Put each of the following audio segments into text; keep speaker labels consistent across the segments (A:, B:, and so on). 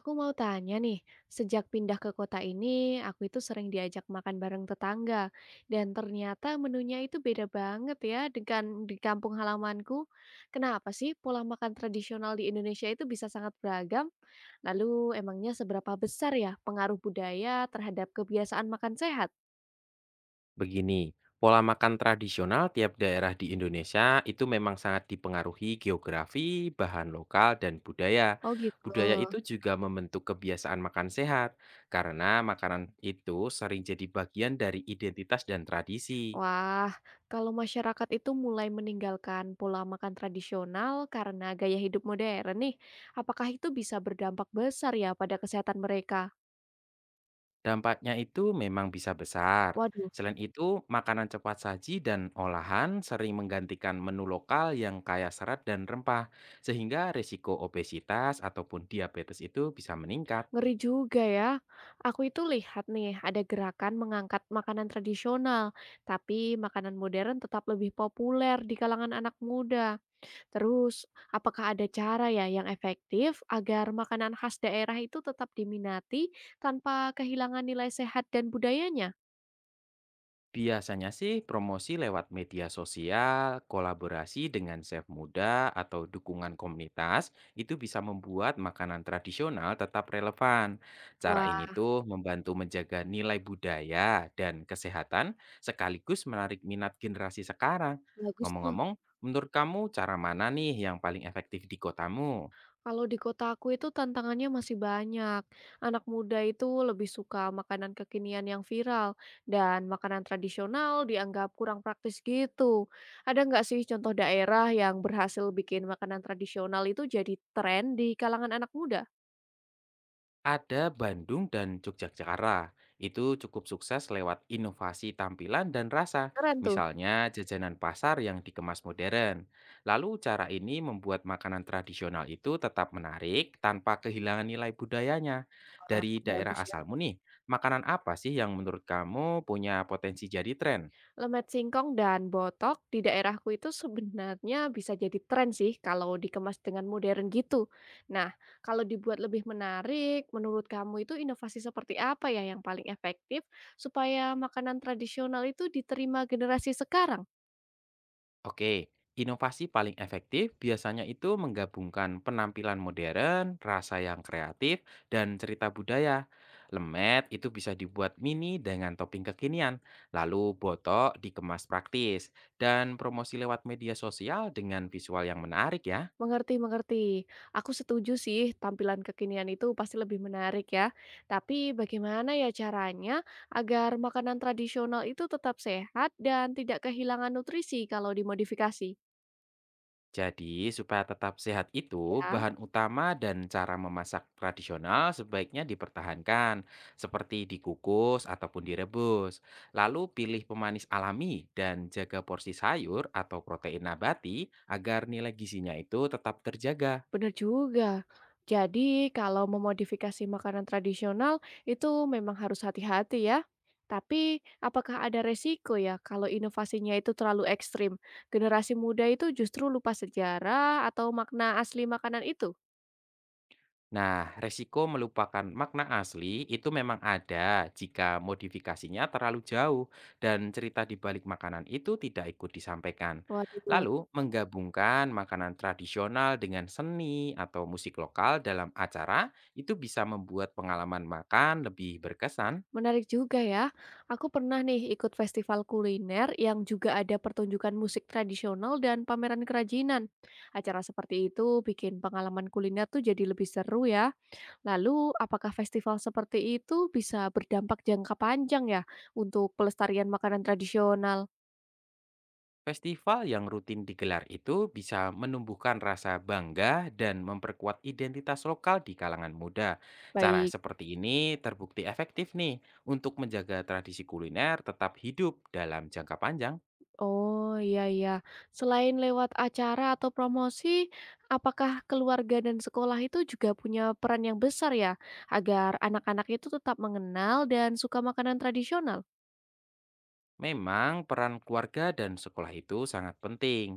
A: Aku mau tanya nih, sejak pindah ke kota ini, aku itu sering diajak makan bareng tetangga, dan ternyata menunya itu beda banget ya dengan di kampung halamanku. Kenapa sih pola makan tradisional di Indonesia itu bisa sangat beragam? Lalu emangnya seberapa besar ya pengaruh budaya terhadap kebiasaan makan sehat?
B: Begini, pola makan tradisional tiap daerah di Indonesia itu memang sangat dipengaruhi geografi, bahan lokal, dan budaya.
A: Oh gitu.
B: Budaya itu juga membentuk kebiasaan makan sehat, karena makanan itu sering jadi bagian dari identitas dan tradisi.
A: Wah, kalau masyarakat itu mulai meninggalkan pola makan tradisional karena gaya hidup modern nih, apakah itu bisa berdampak besar ya pada kesehatan mereka?
B: Dampaknya itu memang bisa besar.
A: Waduh,
B: Selain itu, makanan cepat saji dan olahan sering menggantikan menu lokal yang kaya serat dan rempah, sehingga risiko obesitas ataupun diabetes itu bisa meningkat.
A: ngeri juga ya. Aku itu lihat nih, ada gerakan mengangkat makanan tradisional, tapi makanan modern tetap lebih populer di kalangan anak muda. Terus, apakah ada cara ya yang efektif agar makanan khas daerah itu tetap diminati tanpa kehilangan nilai sehat dan budayanya?
B: Biasanya sih promosi lewat media sosial, kolaborasi dengan chef muda, atau dukungan komunitas itu bisa membuat makanan tradisional tetap relevan.
A: Wah,
B: Cara ini tuh membantu menjaga nilai budaya dan kesehatan sekaligus menarik minat generasi sekarang.
A: bagus tuh.
B: Ngomong-ngomong, menurut kamu cara mana nih yang paling efektif di kotamu?
A: Kalau di kota aku itu tantangannya masih banyak. Anak muda itu lebih suka makanan kekinian yang viral dan makanan tradisional dianggap kurang praktis gitu. Ada nggak sih contoh daerah yang berhasil bikin makanan tradisional itu jadi tren di kalangan anak muda?
B: Ada Bandung dan Yogyakarta. Itu cukup sukses lewat inovasi tampilan dan rasa,
A: Keren tuh.
B: misalnya jajanan pasar yang dikemas modern. Lalu cara ini membuat makanan tradisional itu tetap menarik tanpa kehilangan nilai budayanya.
A: Wah,
B: Dari daerah
A: bagus ya.
B: asalmu nih, makanan apa sih yang menurut kamu punya potensi jadi tren?
A: Lemet singkong dan botok di daerahku itu sebenarnya bisa jadi tren sih kalau dikemas dengan modern gitu. Nah, kalau dibuat lebih menarik, menurut kamu itu inovasi seperti apa ya yang paling efektif supaya makanan tradisional itu diterima generasi sekarang?
B: Oke, inovasi paling efektif biasanya itu menggabungkan penampilan modern, rasa yang kreatif, dan cerita budaya. Lemet itu bisa dibuat mini dengan topping kekinian, lalu botok dikemas praktis, dan promosi lewat media sosial dengan visual yang menarik ya.
A: Mengerti, mengerti. Aku setuju sih tampilan kekinian itu pasti lebih menarik ya. Tapi bagaimana ya caranya agar makanan tradisional itu tetap sehat dan tidak kehilangan nutrisi kalau dimodifikasi?
B: Jadi, supaya tetap sehat itu,
A: Ya.
B: bahan utama dan cara memasak tradisional sebaiknya dipertahankan, seperti dikukus ataupun direbus. Lalu pilih pemanis alami dan jaga porsi sayur atau protein nabati agar nilai gizinya itu tetap terjaga.
A: Bener juga. Jadi, kalau memodifikasi makanan tradisional itu memang harus hati-hati ya. Tapi, apakah ada resiko ya kalau inovasinya itu terlalu ekstrim? Generasi muda itu justru lupa sejarah atau makna asli makanan itu?
B: Nah, resiko melupakan makna asli itu memang ada jika modifikasinya terlalu jauh dan cerita di balik makanan itu tidak ikut disampaikan.
A: Waduh,
B: Lalu, menggabungkan makanan tradisional dengan seni atau musik lokal dalam acara itu bisa membuat pengalaman makan lebih berkesan.
A: menarik juga ya. Aku pernah nih ikut festival kuliner yang juga ada pertunjukan musik tradisional dan pameran kerajinan. Acara seperti itu bikin pengalaman kuliner tuh jadi lebih seru ya. Lalu, apakah festival seperti itu bisa berdampak jangka panjang ya untuk pelestarian makanan tradisional?
B: Festival yang rutin digelar itu bisa menumbuhkan rasa bangga dan memperkuat identitas lokal di kalangan muda. Cara
A: Baik.
B: seperti ini terbukti efektif nih untuk menjaga tradisi kuliner tetap hidup dalam jangka panjang.
A: Oh, iya, iya. Selain lewat acara atau promosi, apakah keluarga dan sekolah itu juga punya peran yang besar ya agar anak-anak itu tetap mengenal dan suka makanan tradisional?
B: Memang peran keluarga dan sekolah itu sangat penting.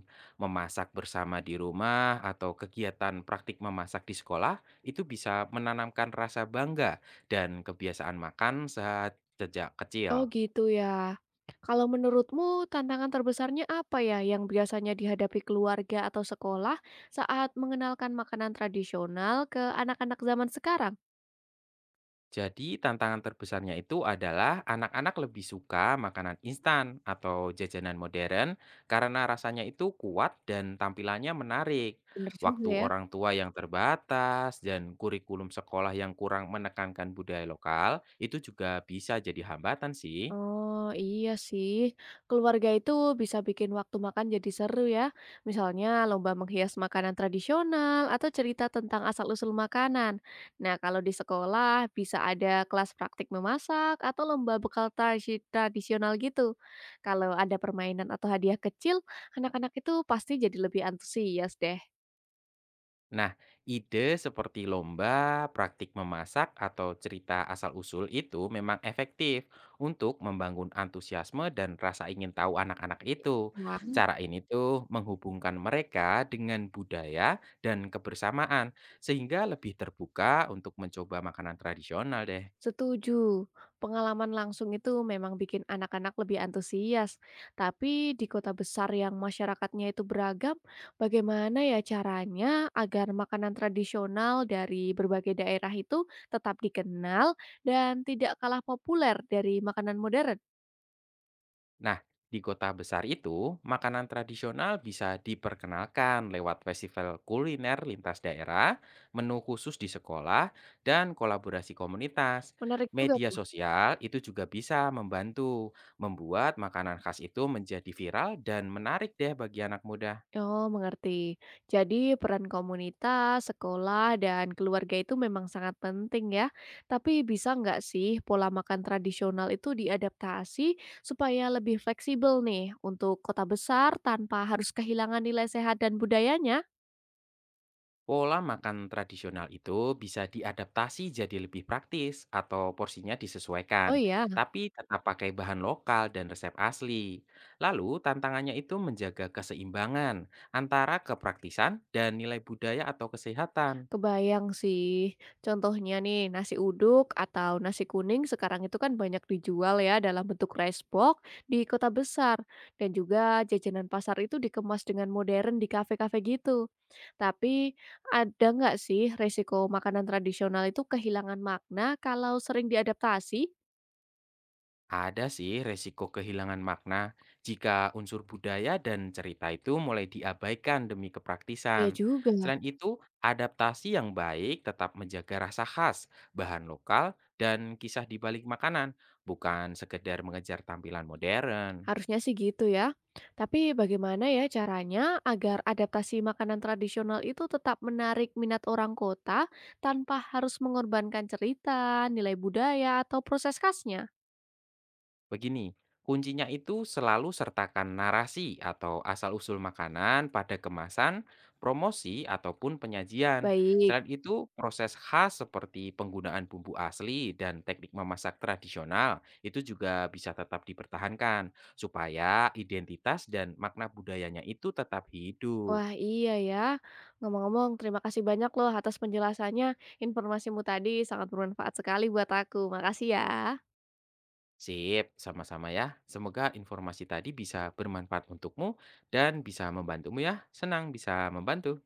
B: Memasak bersama di rumah atau kegiatan praktik memasak di sekolah itu bisa menanamkan rasa bangga dan kebiasaan makan saat sejak kecil.
A: Oh gitu ya. Kalau menurutmu tantangan terbesarnya apa ya yang biasanya dihadapi keluarga atau sekolah saat mengenalkan makanan tradisional ke anak-anak zaman sekarang?
B: Jadi tantangan terbesarnya itu adalah anak-anak lebih suka makanan instan atau jajanan modern karena rasanya itu kuat dan tampilannya menarik.
A: Bener juga
B: Waktu
A: ya.
B: orang tua yang terbatas dan kurikulum sekolah yang kurang menekankan budaya lokal itu juga bisa jadi hambatan sih.
A: Oh, iya sih. Keluarga itu bisa bikin waktu makan jadi seru ya. Misalnya lomba menghias makanan tradisional atau cerita tentang asal-usul makanan. Nah, kalau di sekolah bisa ada kelas praktik memasak atau lomba bekal tradisional gitu. Kalau ada permainan atau hadiah kecil, anak-anak itu pasti jadi lebih antusias deh.
B: Nah, ide seperti lomba, praktik memasak, atau cerita asal-usul itu memang efektif untuk membangun antusiasme dan rasa ingin tahu anak-anak itu.
A: Wah.
B: Cara ini tuh menghubungkan mereka dengan budaya dan kebersamaan, sehingga lebih terbuka untuk mencoba makanan tradisional deh.
A: Setuju, pengalaman langsung itu memang bikin anak-anak lebih antusias. Tapi di kota besar yang masyarakatnya itu beragam, bagaimana ya caranya agar makanan tradisional dari berbagai daerah itu tetap dikenal dan tidak kalah populer dari makanan modern?
B: Nah, di kota besar itu, makanan tradisional bisa diperkenalkan lewat festival kuliner lintas daerah, menu khusus di sekolah, dan kolaborasi komunitas.
A: Menarik juga
B: Media
A: tuh.
B: sosial itu juga bisa membantu membuat makanan khas itu menjadi viral dan menarik deh bagi anak muda.
A: Oh, mengerti. Jadi peran komunitas, sekolah, dan keluarga itu memang sangat penting ya. Tapi bisa nggak sih pola makan tradisional itu diadaptasi supaya lebih fleksibel nih untuk kota besar tanpa harus kehilangan nilai sehat dan budayanya?
B: Pola makan tradisional itu bisa diadaptasi jadi lebih praktis atau porsinya disesuaikan,
A: Oh iya.
B: tapi tetap pakai bahan lokal dan resep asli. Lalu, tantangannya itu menjaga keseimbangan antara kepraktisan dan nilai budaya atau kesehatan.
A: Kebayang sih. Contohnya nih, nasi uduk atau nasi kuning sekarang itu kan banyak dijual ya dalam bentuk rice box di kota besar. Dan juga jajanan pasar itu dikemas dengan modern di kafe-kafe gitu. Tapi ada nggak sih resiko makanan tradisional itu kehilangan makna kalau sering diadaptasi?
B: Ada sih resiko kehilangan makna jika unsur budaya dan cerita itu mulai diabaikan demi
A: Iya
B: kepraktisan.
A: juga.
B: Selain itu, adaptasi yang baik tetap menjaga rasa khas, bahan lokal, dan kisah di balik makanan, bukan sekedar mengejar tampilan modern.
A: Harusnya sih gitu ya. Tapi bagaimana ya caranya agar adaptasi makanan tradisional itu tetap menarik minat orang kota tanpa harus mengorbankan cerita, nilai budaya, atau proses khasnya?
B: Begini, kuncinya itu selalu sertakan narasi atau asal-usul makanan pada kemasan, promosi, ataupun penyajian.
A: Baik.
B: Selain itu, proses khas seperti penggunaan bumbu asli dan teknik memasak tradisional itu juga bisa tetap dipertahankan supaya identitas dan makna budayanya itu tetap hidup.
A: Wah iya ya. Ngomong-ngomong, terima kasih banyak loh atas penjelasannya. Informasimu tadi sangat bermanfaat sekali buat aku. Makasih ya.
B: Sip, sama-sama ya. Semoga informasi tadi bisa bermanfaat untukmu dan bisa membantumu ya. Senang bisa membantu.